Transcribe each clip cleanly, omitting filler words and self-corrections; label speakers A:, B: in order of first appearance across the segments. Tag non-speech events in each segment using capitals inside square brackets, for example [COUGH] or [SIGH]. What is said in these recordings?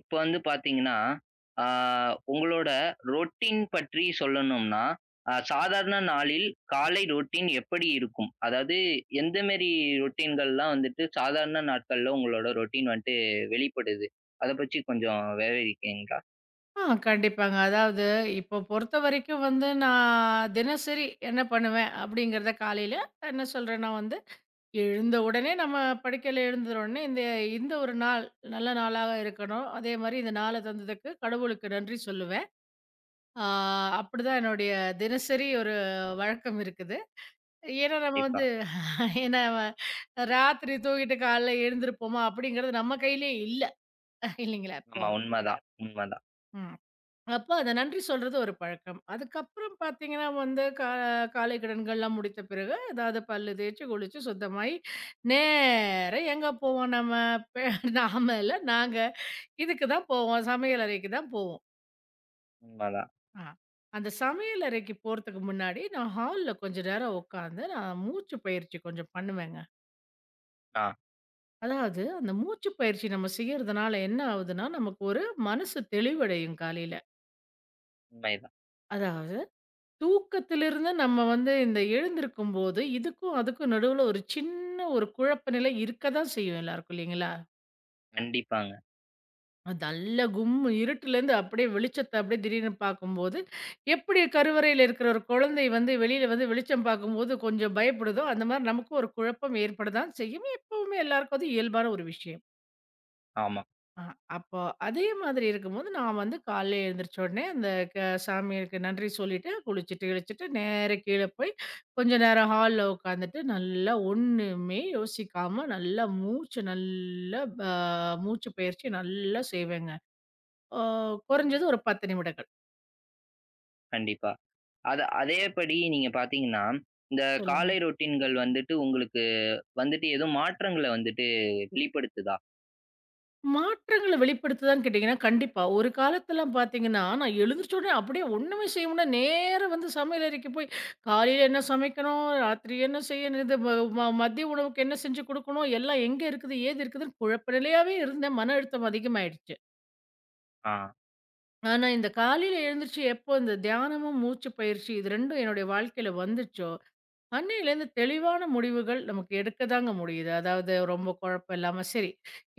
A: இப்ப வந்து பாத்தீங்கன்னா, ஆ உங்களோட ரொட்டீன் பற்றி சொல்லணும்னா, சாதாரண நாளில் காலை ரொட்டீன் எப்படி இருக்கும்? அதாவது எந்த மேரி ரொட்டீன்கள்லாம் வந்துட்டு சாதாரண நாட்கள்ல உங்களோட ரொட்டீன் வந்துட்டு வெளிப்படுது? அத பற்றி கொஞ்சம் விவரிக்கிறீங்களா?
B: கண்டிப்பாங்க. அதாவது இப்போ பொறுத்தவரைக்கும் வந்து நான் தினசரி என்ன பண்ணுவேன் அப்படிங்கிறத காலையில என்ன சொல்றேன்னா வந்து, எழுந்த உடனே நம்ம படுக்கையில எழுந்த உடனே இந்த இந்த ஒரு நாள் நல்ல நாளாக இருக்கணும். அதேமாரி இந்த நாள தந்ததுக்கு கடவுளுக்கு நன்றி சொல்லுவேன். ஆ அப்படிதான் என்னுடைய தினசரி ஒரு வழக்கம் இருக்குது. ஏன்னா நம்ம
A: கண்டிப்பா.
B: வந்து ஏன்னா ராத்திரி தூங்கிட்டு காலைல எழுந்திருப்போமா அப்படிங்கிறது நம்ம கையிலயே இல்ல. இல்லைங்களா இப்போ?
A: ஆமா உண்மதான், உண்மதான்,
B: ம். அப்ப அந்த நன்றி சொல்றது ஒரு பழக்கம். அதுக்கப்புறம் பார்த்தீங்கன்னா வந்து, காலை கடன்கள்லாம் முடித்த பிறகு, ஏதாவது பல்லு தேய்ச்சு, குளிச்சு, சுத்தமாயி, நேரா எங்க போவோம் நம்ம? பெ நாம இல்ல நாங்க. இதுக்கு தான் போவோம். சமையல் அறைக்கு தான் போவோம்.
A: உண்மதான்.
B: அ அந்த சமையல் அறைக்கு போறதுக்கு முன்னாடி, நான் ஹால்ல கொஞ்ச நேரம் உட்காந்து, நான் மூச்சு பயிற்சி கொஞ்சம் பண்ணுவேங்க.
A: ஆ
B: அதாவது அந்த மூச்சு பயிற்சி நம்ம செய்யறதுனால என்ன ஆகுதுன்னா, நமக்கு ஒரு மனசு தெளிவடையும் காலையில.
A: உண்மைதான்.
B: அதாவது தூக்கத்திலிருந்து நம்ம வந்து இந்த எழுந்திருக்கும்போது, இதுக்கும் அதுக்கும் நடுவுல ஒரு சின்ன ஒரு குழப்ப நிலை இருக்க தான் செய்யும் எல்லாருக்கும் இல்லைங்களா?
A: கண்டிப்பாங்க.
B: அது நல்ல கும்மு இருட்டுலேருந்து அப்படியே வெளிச்சத்த அப்படியே திடீர்னு பார்க்கும்போது, எப்படி கருவறையில இருக்கிற ஒரு குழந்தை வந்து வெளியில வந்து வெளிச்சம் பார்க்கும்போது கொஞ்சம் பயப்படுதோ, அந்த மாரி நமக்கும் ஒரு குழப்பம் ஏற்பட தான் செய்யும். எப்பவுமே எல்லாருக்கும் அது இயல்பான ஒரு விஷயம்.
A: ஆமா,
B: அ அப்போ அதே மாதிரி இருக்கும்போது, நான் வந்து காலைல எழுந்திரிச்ச உடனே அந்த க சாமிக்கு நன்றி சொல்லிட்டு, குளிச்சுட்டு, கிளிச்சுட்டு நேரா கீழ போய் கொஞ்ச நேரம் ஹால்ல உட்காந்துட்டு, நல்லா ஒண்ணுமே யோசிக்காம நல்லா மூச்சு நல்லா ப மூச்சு பயிற்சி நல்லா செய்வேங்க. அ குறைஞ்சது ஒரு 10 நிமிடங்கள்.
A: கண்டிப்பா. அதேபடி நீங்க பாத்தீங்கன்னா, இந்த காலை ரொட்டீன்கள் வந்துட்டு உங்களுக்கு வந்துட்டு எதுவும் மாற்றங்கள வந்துட்டு வெளிப்படுத்துதா?
B: மாற்றங்கள வெளிப்படுத்துதான்னு கேட்டீங்கன்னா, கண்டிப்பா. ஒரு காலத்துலாம் பார்த்தீங்கன்னா, நான் எழுந்திரிச்ச உடனே அப்படியே ஒண்ணுமே செய்ய முடில, நேரா வந்து சமையல் அறைக்கு போய், காலையில என்ன சமைக்கணும்? ராத்திரி என்ன செய்யணும்? இது ம ம மதிய உணவுக்கு என்ன செஞ்சு குடுக்கணும்? எல்லாம் எங்க இருக்குது? ஏது இருக்குதுன்னு குழப்ப நிலையாவே இருந்தேன். மன அழுத்தம் அதிகமாயிடுச்சு.
A: ஆ,
B: ஆனா, இந்த காலையில எழுந்திரிச்சு எப்போ இந்த தியானமும், மூச்சு பயிற்சி இது 2ம் என்னுடைய வாழ்க்கையில வந்துச்சோ அன்னையிலேருந்து தெளிவான முடிவுகள் நமக்கு எடுக்கதாங்க முடியுது. அதாவது ரொம்ப குழப்பம் இல்லாம சரி,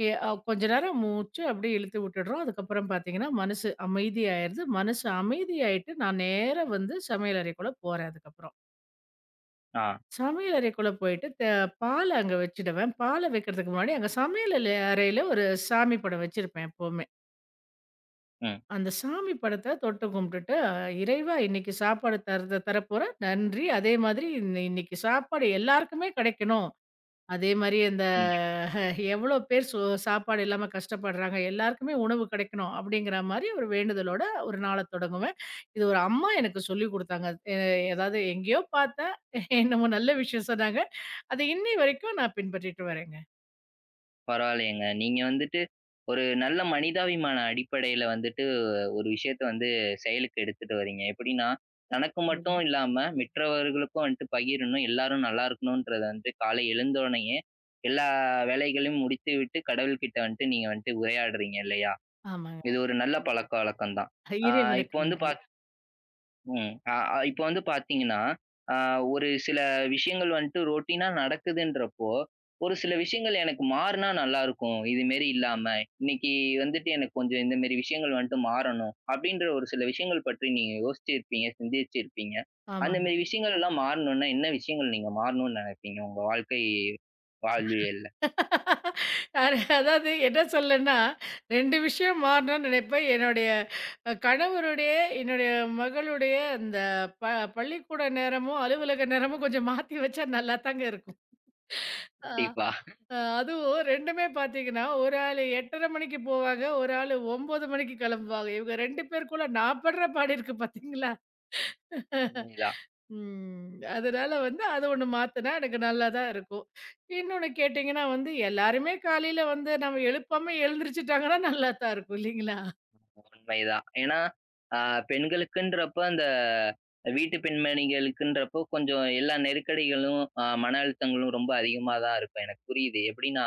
B: எ அ கொஞ்ச நேரம் மூச்சு அப்படியே இழுத்து விட்டுடுறோம். அதுக்கப்புறம் பார்த்தீங்கன்னா, மனசு அமைதியாயிருது. மனசு அமைதியாயிட்டு நான் நேரா வந்து சமையல் அறைக்குள்ள போறேன் அதுக்கப்புறம்.
A: ஆ.
B: சமையல் அறைக்குள்ள போயிட்டு பால அங்க வச்சுடுவேன். பால வைக்கிறதுக்கு முன்னாடி அங்க சமையல் அறையில ஒரு சாமி படம் வச்சிருப்பேன் எப்பவுமே.
A: ம்.
B: அந்த சாமி படத்த தொட்டு கும்பிட்டுட்டு, "இறைவா இன்னைக்கு சாப்பாடு தர்ற தரப்போற. நன்றி. அதே மாதிரி இன்னைக்கு சாப்பாடு எல்லாருக்குமே கிடைக்கணும்." அதே மாரி அந்த
A: கண்டிப்பா.
B: எவ்வளோ பேர் சாப்பாடு இல்லாம கஷ்டப்படுறாங்க. எல்லாருக்குமே உணவு கிடைக்கணும் அப்படிங்கிற மாரி ஒரு வேண்டுதலோட ஒரு நாள தொடங்குவேன். இது ஒரு அம்மா எனக்கு சொல்லிக் குடுத்தாங்க. எ அதாவது எங்கேயோ பார்த்தேன். என்னமோ நல்ல விஷயம் சொன்னாங்க. அது இன்னை வரைக்கும் நான் பின்பற்றிட்டு வரேங்க.
A: பரவாயில்லையேங்க. நீங்க வந்துட்டு ஒரு நல்ல மனிதாபிமான அடிப்படையில வந்துட்டு ஒரு விஷயத்த வந்து செயலுக்கு எடுத்துட்டு வர்றீங்க. எப்படின்னா, தனக்கு
B: சொல்லுங்க.
A: மட்டும் இல்லாம மற்றவர்களுக்கும் வந்துட்டு பகிரணும், எல்லாரும் நல்லா இருக்கணும்ன்றத வந்து காலை எழுந்தோனையே எல்லா வேலைகளையும் முடித்துவிட்டு கடவுள்கிட்ட வந்துட்டு நீங்க வந்துட்டு உரையாடுறீங்க இல்லையா?
B: ஆமாங்க.
A: இது ஒரு நல்ல பழக்கவழக்கம் தான். ஆ
B: இறைவனுக்கு
A: இப்போ வந்து
B: நன்றி.
A: பாத் ம். அ அ இப்ப வந்து பார்த்தீங்கன்னா, அ ஒரு சில விஷயங்கள் வந்துட்டு ரொட்டீனா நடக்குதுன்றப்போ, ஒரு சில விஷயங்கள் எனக்கு மாறுனா நல்லாருக்கும். இதுமாரி இல்லாம, இன்னைக்கு வந்துட்டு எனக்கு கொஞ்சம் இந்தமாரி விஷயங்கள் வந்துட்டு மாறணும். அப்பிடின்ற ஒரு சில விஷயங்கள் பற்றி நீங்க யோசிச்சிருப்பீங்க, சிந்திச்சிருப்பீங்க.
B: ஆமாங்க.
A: அந்தமாரி விஷயங்கள் எல்லாம் மாறணுன்னா, என்ன விஷயங்கள் நீங்க மாறணுன்னு நினைப்பீங்க? உங்க வாழ்க்கை வாழ்வியல்ல.
B: அதாவது என்ன சொல்லேன்னா, 2 விஷயம் மாறணும்னு நினைப்பேன். என்னுடைய கணவருடைய, என்னுடைய மகளுடைய அந்த ப பள்ளிக்கூட நேரமும், அலுவலக நேரமும் கொஞ்சம் மாத்தி வச்சா நல்லா தாங்க இருக்கும். ஆ.
A: கண்டிப்பா.
B: அதுவும் 2மே பார்த்தீங்கன்னா, ஒரு ஆளு 8:30 மணிக்கு போவாங்க, ஒரு ஆளு 9 மணிக்கு கிளம்புவாங்க. இவங்க 2 பேருக்குள்ள நான் படுற பாடு இருக்கு பார்த்தீங்களா?
A: உண்மைதான்.
B: ம். அதனால வந்து அது ஒண்ணு மாத்துனா எனக்கு நல்லா தான் இருக்கும். இன்னொன்னு கேட்டீங்கன்னா வந்து, எல்லாருமே காலையில வந்து நம்ம எழுப்பாம எழுந்திரிச்சுட்டாங்கன்னா நல்லா தான் இருக்கும் இல்லைங்களா?
A: உண்மைதான். ஏன்னா, அ பெண்களுக்குன்றப்ப அந்த வீட்டு பெண்மணிகளுக்குன்றப்போ கொஞ்சம் எல்லா நெருக்கடிகளும், மன அழுத்தங்களும் ரொம்ப அதிகமா தான் இருக்கும். எனக்கு புரியுது. எப்படின்னா,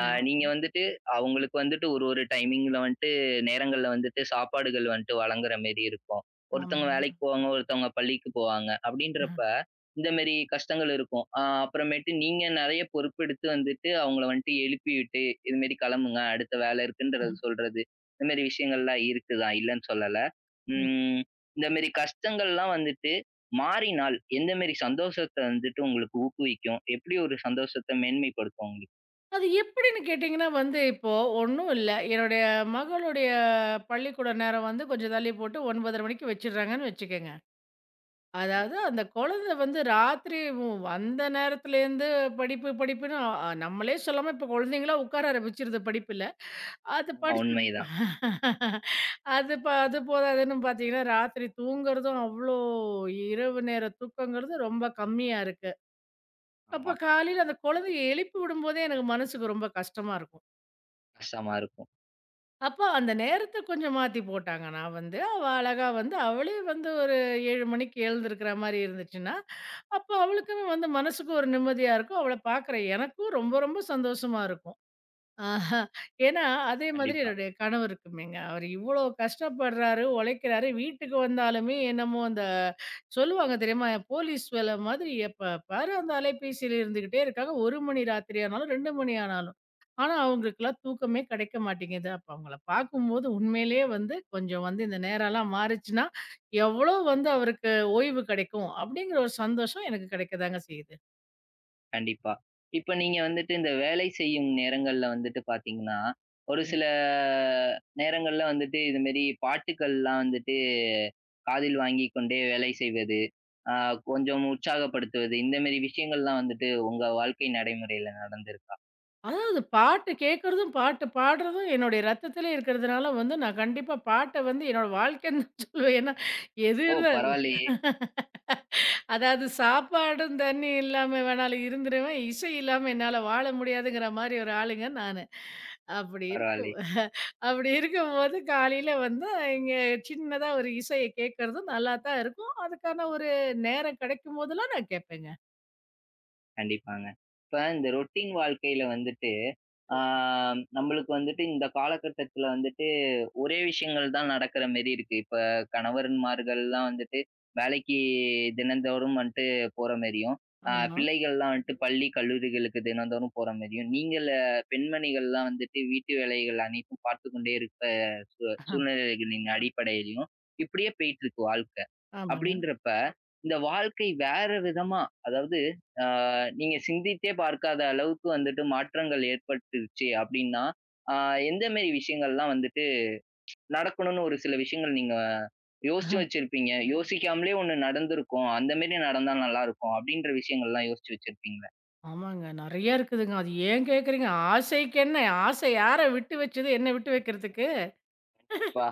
B: ஆமா,
A: நீங்க வந்துட்டு அவங்களுக்கு வந்துட்டு ஒரு ஒரு டைமிங்ல வந்துட்டு நேரங்கள்ல வந்துட்டு சாப்பாடுகள் வந்துட்டு வழங்குற மாரி இருக்கும். ஒருத்தவங்க
B: ஆமாங்க.
A: வேலைக்கு போவாங்க, ஒருத்தவங்க பள்ளிக்கு போவாங்க.
B: அஹ்,
A: அப்படின்றப்ப இந்த மாரி கஷ்டங்கள் இருக்கும். அப்புறமேட்டு நீங்க நெறைய பொறுப்பெடுத்து வந்துட்டு அவங்கள வந்துட்டு எழுப்பி விட்டு, "இது மாரி கிளம்புங்க, அடுத்த வேலை இருக்குன்றத"
B: அஹ்.
A: சொல்றது. இந்த மாரி விஷயங்கள்லாம் இருக்குதான், இல்லன்னு சொல்லல.
B: ம்.
A: ம். இந்த மாரி கஷ்டங்கள்லாம் வந்துட்டு மாறினால், எந்த மாரி சந்தோஷத்த வந்துட்டு உங்களுக்கு ஊக்குவிக்கும்? எப்படி ஒரு சந்தோஷத்த மேன்மைப்படுத்தும் உங்களுக்கு?
B: அது எப்படின்னு கேட்டீங்கன்னா வந்து, இப்போ ஒண்ணும் இல்ல. என்னுடைய மகளுடைய பள்ளிக்கூட நேரம் வந்து கொஞ்சம் தள்ளி போட்டு 9:30 மணிக்கு வச்சுடுறாங்கன்னு வச்சுக்கங்க.
A: ம்.
B: அதாவது அந்த குழந்தை வந்து ராத்திரி வந்த நேரத்துலேருந்து படிப்பு, படிப்புன்னு அ அ, நம்மளே சொல்லாம இப்ப குழந்தைங்களா உட்கார ஆரம்பிச்சிருது படிப்புல. அது
A: ஆமா,
B: படிச்சு
A: உண்மைதான். உண்மைதான்.
B: அது போதாதுன்னு பார்த்தீங்கன்னா, ராத்திரி தூங்குறதும் அவ்ளோ இரவு நேர தூக்கங்கிறது ரொம்ப கம்மியா இருக்கு.
A: ஆமா.
B: அப்ப காலையில அந்த குழந்தைய எழுப்பி விடும்போதே எனக்கு மனசுக்கு ரொம்ப கஷ்டமா இருக்கும்.
A: கஷ்டமா இருக்கும்.
B: அப்போ அந்த நேரத்த கொஞ்சம் மாத்தி போட்டாங்க. நான் வந்து அழகா வந்து அவளே வந்து ஒரு 7 மணிக்கு எழுந்திருக்கிற மாரி இருந்துச்சுன்னா, அப்போ அவளுக்குமே வந்து மனசுக்கு ஒரு நிம்மதியா இருக்கும். அவள பார்க்குற எனக்கும் ரொம்ப ரொம்ப சந்தோஷமா இருக்கும். ஆஹா. ஏன்னா, அதே மாதிரி
A: கண்டிப்பா,
B: என்னுடைய கணவர் இருக்குமேங்க. அவரு இவ்ளோ கஷ்டப்படுறாரு, உழைக்கிறாரு. வீட்டுக்கு வந்தாலுமே என்னமோ அந்த சொல்லுவாங்க தெரியுமா? போலீஸ் வேல மாதிரி எப்ப பாரு அந்த அலைபேசியில இருந்துகிட்டே இருக்காங்க. 1 மணி ராத்திரி ஆனாலும், 2 மணி ஆனாலும். ஆனா, அவங்களுக்கெல்லாம் தூக்கமே கிடைக்க மாட்டேங்குது. அப்ப அவங்கள பார்க்கும்போது உண்மையிலேயே வந்து கொஞ்சம் வந்து இந்த நேரம்லாம் மாறுச்சுன்னா, எவ்வளோ வந்து அவருக்கு ஓய்வு கிடைக்கும், அப்படிங்கிற ஒரு சந்தோஷம் எனக்கு கிடைக்க தாங்க செய்யுது.
A: கண்டிப்பா. இப்ப நீங்க வந்துட்டு இந்த வேலை செய்யும் நேரங்கள்ல வந்துட்டு பார்த்தீங்கன்னா, ஒரு சில நேரங்கள்ல வந்துட்டு இது மாரி பாட்டுக்கள்லாம் வந்துட்டு காதில் வாங்கிக் கொண்டே வேலை செய்வது, அ கொஞ்சம் உற்சாகப்படுத்துவது, இந்த மாரி விஷயங்கள்லாம் வந்துட்டு உங்க வாழ்க்கை நடைமுறையில நடந்திருக்கா?
B: அதாவது பாட்டு கேட்கறதும், பாட்டு பாடுறதும் என்னுடைய ரத்தத்திலே இருக்கிறதுனால வந்து, நான் கண்டிப்பா பாட்ட வந்து என்னோட வாழ்க்கைன்னு [LAUGHS] தான் சொல்லுவேன். ஏன்னா, எது
A: ஓ!
B: இருந்தா
A: பரவாயில்லையே!
B: அதாவது சாப்பாடும், தண்ணி இல்லாம வேணாலும் இருந்துருவேன். இசை இல்லாம என்னால வாழ முடியாதுங்கிற மாரி ஒரு ஆளுங்க நானு. அப்படி இருக்
A: பரவாயில்லை.
B: அப்படி இருக்கும்போது காலையில வந்து இங்க சின்னதா ஒரு இசைய கேட்கறதும் நல்லா தான் இருக்கும். அதுக்கான ஒரு நேரம் கிடைக்கும் போதெல்லாம் நான் கேட்பேங்க.
A: கண்டிப்பாங்க. இப்ப இந்த ரொட்டீன் வாழ்க்கையில வந்துட்டு, ஆ நம்மளுக்கு வந்துட்டு இந்த காலகட்டத்தில வந்துட்டு ஒரே விஷயங்கள் தான் நடக்கிற மாரி இருக்கு. இப்ப கணவன்மார்கள்லாம் வந்துட்டு வேலைக்கு தினந்தோறும் வந்துட்டு போற மாரியும்,
B: ஆமா.
A: பிள்ளைகள்லாம் வந்துட்டு பள்ளி, கல்லூரிகளுக்கு தினந்தோறும் போற மாரியும், நீங்கள் பெண்மணிகள்லாம் வந்துட்டு வீட்டு வேலைகள் அனைத்தும் பார்த்துக் கொண்டே இருக்க சூ
B: ஆஹ்,
A: சூழ்நிலைகளின் அடிப்படையிலயும், இப்படியே போயிட்டு இருக்கு வாழ்க்கை.
B: ஆமாங்க.
A: அப்படின்றப்ப, இந்த வாழ்க்கை வேற விதமா அதாவது அ நீங்க சிந்தித்தே பார்க்காத அளவுக்கு வந்துட்டு மாற்றங்கள் ஏற்பட்டுருச்சு அப்படின்னா, அ எந்த மாரி விஷயங்கள்லாம் வந்துட்டு நடக்கணும்னு ஒரு சில விஷயங்கள் நீங்க யோசிச்சு வச்சிருப்பீங்க. யோசிக்காமலே ஒண்ணு நடந்திருக்கும். அந்த மாரி நடந்தா நல்லா இருக்கும். அப்படின்ற விஷயங்கள்லாம் யோசிச்சு வச்சிருப்பீங்களா?
B: ஆமாங்க. நெறைய இருக்குதுங்க. அது ஏன் கேட்குறீங்க? ஆசைக்கு என்ன? ஆசை யார விட்டு வச்சது? என்ன விட்டு வைக்கிறதுக்கு?
A: கண்டிப்பா.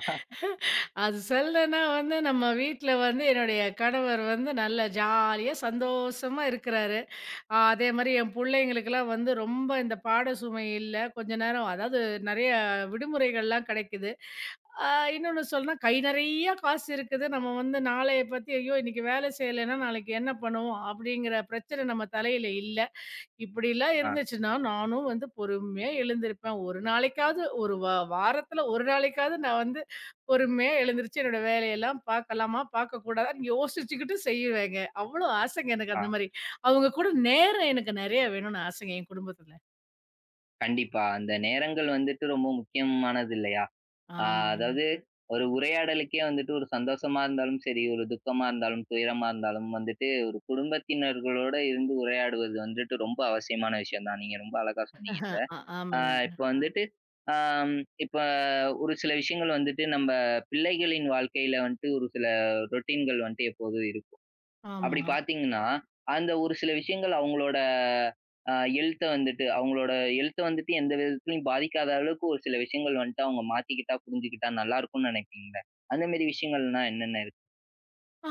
B: அது சொல்லனா வந்து நம்ம வீட்ல வந்து என்னுடைய கணவர் வந்து நல்லா ஜாலியா, சந்தோஷமா இருக்கிறாரு. அதே மாரி என் புள்ளைங்களுக்கெல்லாம் வந்து ரொம்ப இந்த பாட சுமை இல்ல. கொஞ்ச நேரம் அதாவது நெறைய விடுமுறைகள்லாம் கிடைக்குது. அ இன்னொன்னு சொல்லணும்னா கை நெறைய காசு இருக்குது. நம்ம வந்து நாளைய பத்தி, "ஐயோ! இன்னைக்கு வேலை செய்யலைன்னா நாளைக்கு என்ன பண்ணுவோம்?" அப்படிங்கிற பிரச்சனை நம்ம தலையில இல்ல. இப்படிலாம்
A: ஆ,
B: இருந்துச்சுன்னா, நானும் வந்து பொறுமையா எழுந்திருப்பேன். ஒரு நாளைக்காவது ஒரு வா வாரத்துல ஒரு நாளைக்காவது நான் வந்து பொறுமையா எழுந்திருச்சு என்னோட வேலையெல்லாம் பார்க்கலாமா, பார்க்கக்கூடாதான்னு யோசிச்சுக்கிட்டு செய்வேங்க. அவ்வளோ ஆசைங்க எனக்கு
A: ஆ.
B: அந்த மாரி. அவங்க கூட நேரம் எனக்கு நெறைய வேணும்னு ஆசைங்க என் குடும்பத்துல.
A: கண்டிப்பா. அந்த நேரங்கள் வந்துட்டு ரொம்ப முக்கியமானது இல்லையா? ஆ
B: ஆமாங்க.
A: அதாவது ஒரு உரையாடலுக்கே வந்துட்டு ஒரு சந்தோஷமா இருந்தாலும் சரி, ஒரு துக்கமா இருந்தாலும், துயரமா இருந்தாலும் வந்துட்டு ஒரு குடும்பத்தினர்களோட இருந்து உரையாடுவது வந்துட்டு ரொம்ப அவசியமான விஷயம் தான். நீங்க ரொம்ப அழகா சொன்னீங்க. ஆ
B: ஆமாங்க.
A: இப்ப வந்துட்டு, ஆம் இப்ப ஒரு சில விஷயங்கள் வந்துட்டு நம்ம பிள்ளைகளின் வாழ்க்கையில வந்துட்டு ஒரு சில ரொட்டீன்கள் வந்துட்டு எப்போதும் இருக்கும்.
B: ஆமா.
A: அப்படி பார்த்தீங்கன்னா, அந்த ஒரு சில விஷயங்கள் அவங்களோட அ எழுத்த வந்துட்டு அவங்களோட எழுத்த வந்துட்டு எந்த விதத்திலயும் பாதிக்காத அளவுக்கு ஒரு சில விஷயங்கள் வந்துட்டு அவங்க மாத்திக்கிட்டா, புரிஞ்சுக்கிட்டா நல்லா இருக்கும்னு நினைப்பீங்கல்ல. அந்த மாரி விஷயங்கள்னா என்னென்ன இருக்கு?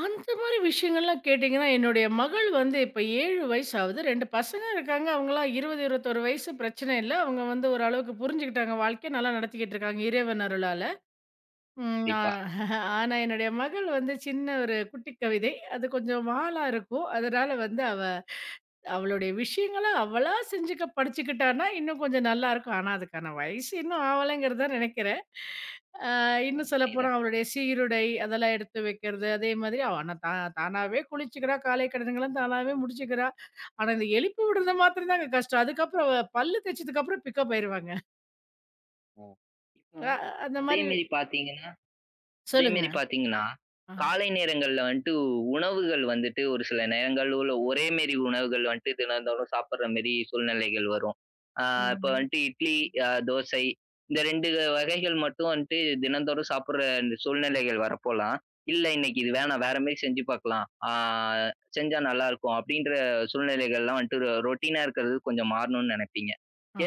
B: அந்த மாரி விஷயங்கள்லாம் கேட்டீங்கன்னா, என்னுடைய மகள் வந்து இப்ப 7 வயசு ஆகுது. 2 பசங்க இருக்காங்க. அவங்கலாம் 20, 21 வயசு பிரச்சனை இல்ல. அவங்க வந்து ஓரளவுக்கு புரிஞ்சுக்கிட்டாங்க. வாழ்க்கைய நல்லா நடத்திக்கிட்டு இருக்காங்க இறைவன் அருளால. ம் ஆ
A: கண்டிப்பா.
B: ஆனா என்னுடைய மகள் வந்து சின்ன ஒரு குட்டி கவிதை. அது கொஞ்சம் வாலா இருக்கும். அதனால வந்து அவளுடைய விஷயங்கள அவளா செஞ்சுக்க படிச்சுக்கிட்டான்னா, இன்னும் கொஞ்சம் நல்லாயிருக்கும். ஆனா அதுக்கான வயசு இன்னும் ஆவலங்கிறது தான் நெனைக்கிறேன். இன்னும் சொல்லப்போனா
A: உண்மைதான்.
B: அவளுடைய சீருடை அதெல்லாம் எடுத்து வைக்கிறது. அதே மாதிரி அவ ஆனா தா தானாவே குளிச்சுக்கிறா, காலை கடன்கள்லாம் தானாவே முடிச்சுக்கிறா. ஆனா இந்த எழுப்பி விடுறது மாத்திரம் தாங்க கஷ்டம். அதுக்கப்புறம் அவ பல்லு தேய்ச்சதுக்கப்புறம் பிக்கப் ஆயிருவாங்க.
A: ம். இப்போ
B: அ அந்த
A: அதே
B: மாரி
A: மாரி பார்த்தீங்க அதே
B: சொல்லுங்க.
A: மாரி பாத்தீங்கன்னா,
B: அ
A: காலை நேரங்கள்ல வந்துட்டு உணவுகள் வந்துட்டு ஒரு சில நேரங்கள்ல ஒரே மாரி உணவுகள் வந்துட்டு தினந்தோறும் சாப்பிடுற மாரி சூழ்நிலைகள் வரும். ஆ
B: ஆமா.
A: இப்ப வந்துட்டு இட்லி, தோசை இந்த 2 வகைகள் மட்டும் வந்துட்டு தினந்தோறும் சாப்பிடுற இந்த சூழ்நிலைகள் வரப்போலாம், இல்ல இன்னைக்கு இது வேணாம் வேற மாரி செஞ்சு பாக்கலாம். செஞ்சா நல்லாருக்கும் அப்படின்ற சூழ்நிலைகள்லாம் வந்துட்டு ரொட்டீனா இருக்கிறது கொஞ்சம் மாறணும்னு நெனைப்பீங்க.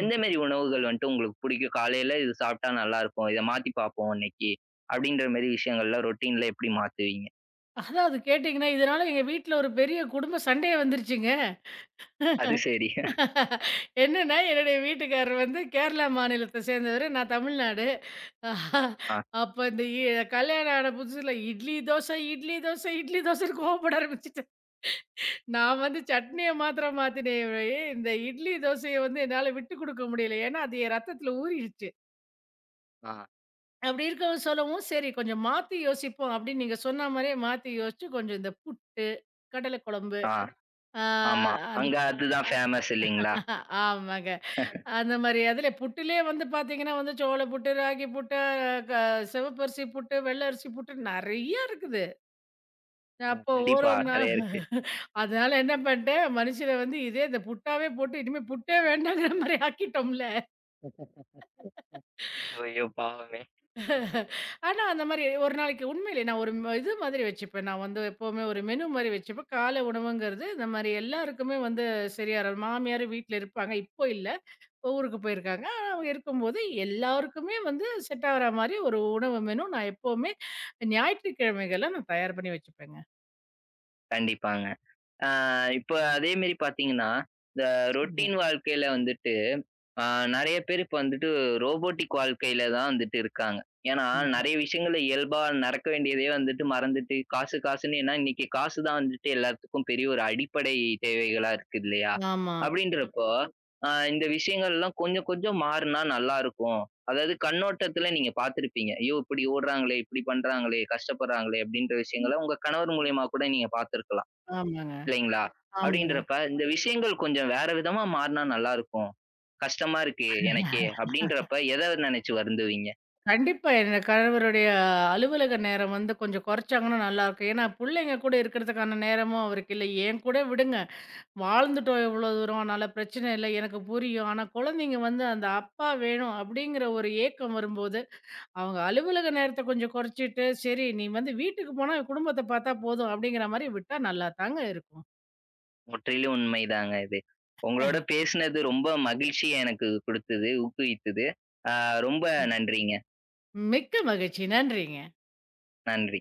A: எந்த மாரி உணவுகள் வந்துட்டு உங்களுக்கு பிடிக்கும்? காலையில இது சாப்பிட்டா நல்லாருக்கும். இத மாத்தி பாப்போம் இன்னைக்கு. அப்படின்ற மாரி விஷயங்கள்லாம் ரொட்டீன்ல எப்படி மாத்துவீங்க?
B: அதான் அது கேட்டீங்கன்னா, இதனால எங்க வீட்ல ஒரு பெரிய குடும்ப சண்டையே வந்துருச்சுங்க.
A: அது சரி.
B: என்னன்னா, என்னுடைய வீட்டுக்காரர் வந்து கேரளா மாநிலத்த சேர்ந்தவரு. நான் தமிழ்நாடு. அஹ்
A: ஆ.
B: அப்ப இந்த இ கல்யாணம் ஆன புதுசுல இட்லி தோசை, இட்லி தோசை, இட்லி தோசைன்னு கோவப்பட ஆரம்பிச்சுட்டேன். நான் வந்து சட்னிய மாத்திரம் மாத்தினே ஒழிய, இந்த இட்லி தோசைய வந்து என்னால விட்டுக் குடுக்க முடியல. ஏன்னா, அது என் ரத்தத்துல ஊறிடுச்சு.
A: ஆ.
B: அப்படி இருக்கவும் சொல்லவும், சரி கொஞ்சம் மாத்தி யோசிப்போம் அப்படின்னு நீங்க சொன்ன மாரியே மாத்தி யோசிச்சு, கொஞ்சம் இந்த புட்டு, கடலை குழம்பு,
A: ஆ.
B: ஆ
A: ஆமா.
B: அந்த
A: அங்க அதுதான் ஃபேமஸ் இல்லைங்களா?
B: ஆமாங்க. அந்த மாரி அதிலே புட்டுலே வந்து பார்த்தீங்கன்னா, வந்து சோள புட்டு, ராகி புட்டு, க சிவப்பரிசி புட்டு, வெள்ள அரிசி புட்டு நெறைய இருக்குது.
A: ம்.
B: அப்போ ஒரு
A: கண்டிப்பா.
B: ஒரு நாள்
A: நெறைய இருக்கு.
B: [LAUGHS] அதனால என்ன பண்ணிட்டேன், மனுஷன வந்து இதே இந்த புட்டாவே போட்டு இனிமே புட்டே வேண்டாங்கிற மாரி ஆக்கிட்டோம்ல.
A: ஐயோ! ஐயோ! பாவமே.
B: ஆனா, அந்த மாரி ஒரு நாளைக்கு உண்மையிலே நான் ஒரு ம இது மாதிரி வச்சுப்பேன். நான் வந்து எப்பவுமே ஒரு மெனு மாரி வச்சுப்பேன். காலை உணவுங்கிறது இந்த மாரி எல்லாருக்குமே வந்து சரியா மாமியாரும் வீட்ல இருப்பாங்க. இப்போ இல்ல. ஊருக்கு போயிருக்காங்க. ஆனா, அவங்க இருக்கும்போது எல்லாருக்குமே வந்து செட் ஆகுற மாரி ஒரு உணவு மெனு நான் எப்பவுமே ஞாயிற்றுக்கிழமைகள்ல நான் தயார் பண்ணி வச்சுப்பேங்க.
A: கண்டிப்பாங்க. ஆ இப்ப அதே மாரி பார்த்தீங்கன்னா, இந்த
B: சொல்லுங்க.
A: ரொட்டீன் வாழ்க்கையில வந்துட்டு ஆ நெறைய பேர் இப்ப வந்துட்டு ரோபோட்டிக் வாழ்க்கையில தான் வந்துட்டு இருக்காங்க. ஏன்னா,
B: ம்.
A: நெறைய விஷயங்கள்ல இயல்பா நடக்க வேண்டியதையே வந்துட்டு மறந்துட்டு, காசு காசுன்னு ஏன்னா இன்னைக்கு காசு தான் வந்துட்டு எல்லாத்துக்கும் பெரிய ஒரு அடிப்படை தேவைகளா இருக்கு இல்லையா?
B: ஆமா.
A: ஆமா. அப்படின்றப்போ, இந்த விஷயங்கள்லாம் கொஞ்சம் கொஞ்சம் மாறுனா நல்லாருக்கும். அதாவது கண்ணோட்டத்துல நீங்க பார்த்திருப்பீங்க. ஐயோ! இப்படி ஓடுறாங்களே, இப்படி பண்றாங்களே, கஷ்டப்படுறாங்களே அப்படின்ற
B: ம்.
A: விஷயங்கள உங்க கணவர் மூலியமா கூட நீங்க பார்த்திருக்கலாம்.
B: ஆமாங்க,
A: இல்லைங்களா?
B: ஆமாங்க.
A: அப்படின்றப்ப, இந்த விஷயங்கள் கொஞ்சம் வேற விதமா மாறுனா நல்லா இருக்கும். கஷ்டமா இருக்கு எனக்கே அப்படின்றப்ப எத நினைச்சு வருந்துவீங்க?
B: கண்டிப்பா என் கணவருடைய அலுவலக நேரம் வந்து கொஞ்சம் குறைச்சாங்கன்னா நல்லாருக்கும். ஏன்னா, புள்ளைங்க கூட இருக்கிறதுக்கான நேரமும் அவருக்கு இல்ல. என் கூட விடுங்க. வாழ்ந்துட்டோம் எவ்வளோ தூரம். அதனால பிரச்சனை இல்ல. எனக்கு புரியும். ஆனா, குழந்தைங்க வந்து அந்த அப்பா வேணும் அப்படிங்கிற ஒரு ஏக்கம் வரும்போது அவங்க அலுவலக நேரத்த கொஞ்சம் குறைச்சிட்டு, சரி நீ வந்து வீட்டுக்கு போனா குடும்பத்த பார்த்தா போதும் அப்படிங்கிற மாரி விட்டா நல்லா தாங்க இருக்கும்.
A: முற்றிலும் உண்மைதாங்க இது. உங்களோட பேசினது ரொம்ப மகிழ்ச்சிய எனக்கு குடுத்தது, ஊக்குவித்தது. ஆ ரொம்ப நன்றிங்க.
B: மிக்க மகிழ்ச்சி. நன்றிங்க.
A: நன்றி.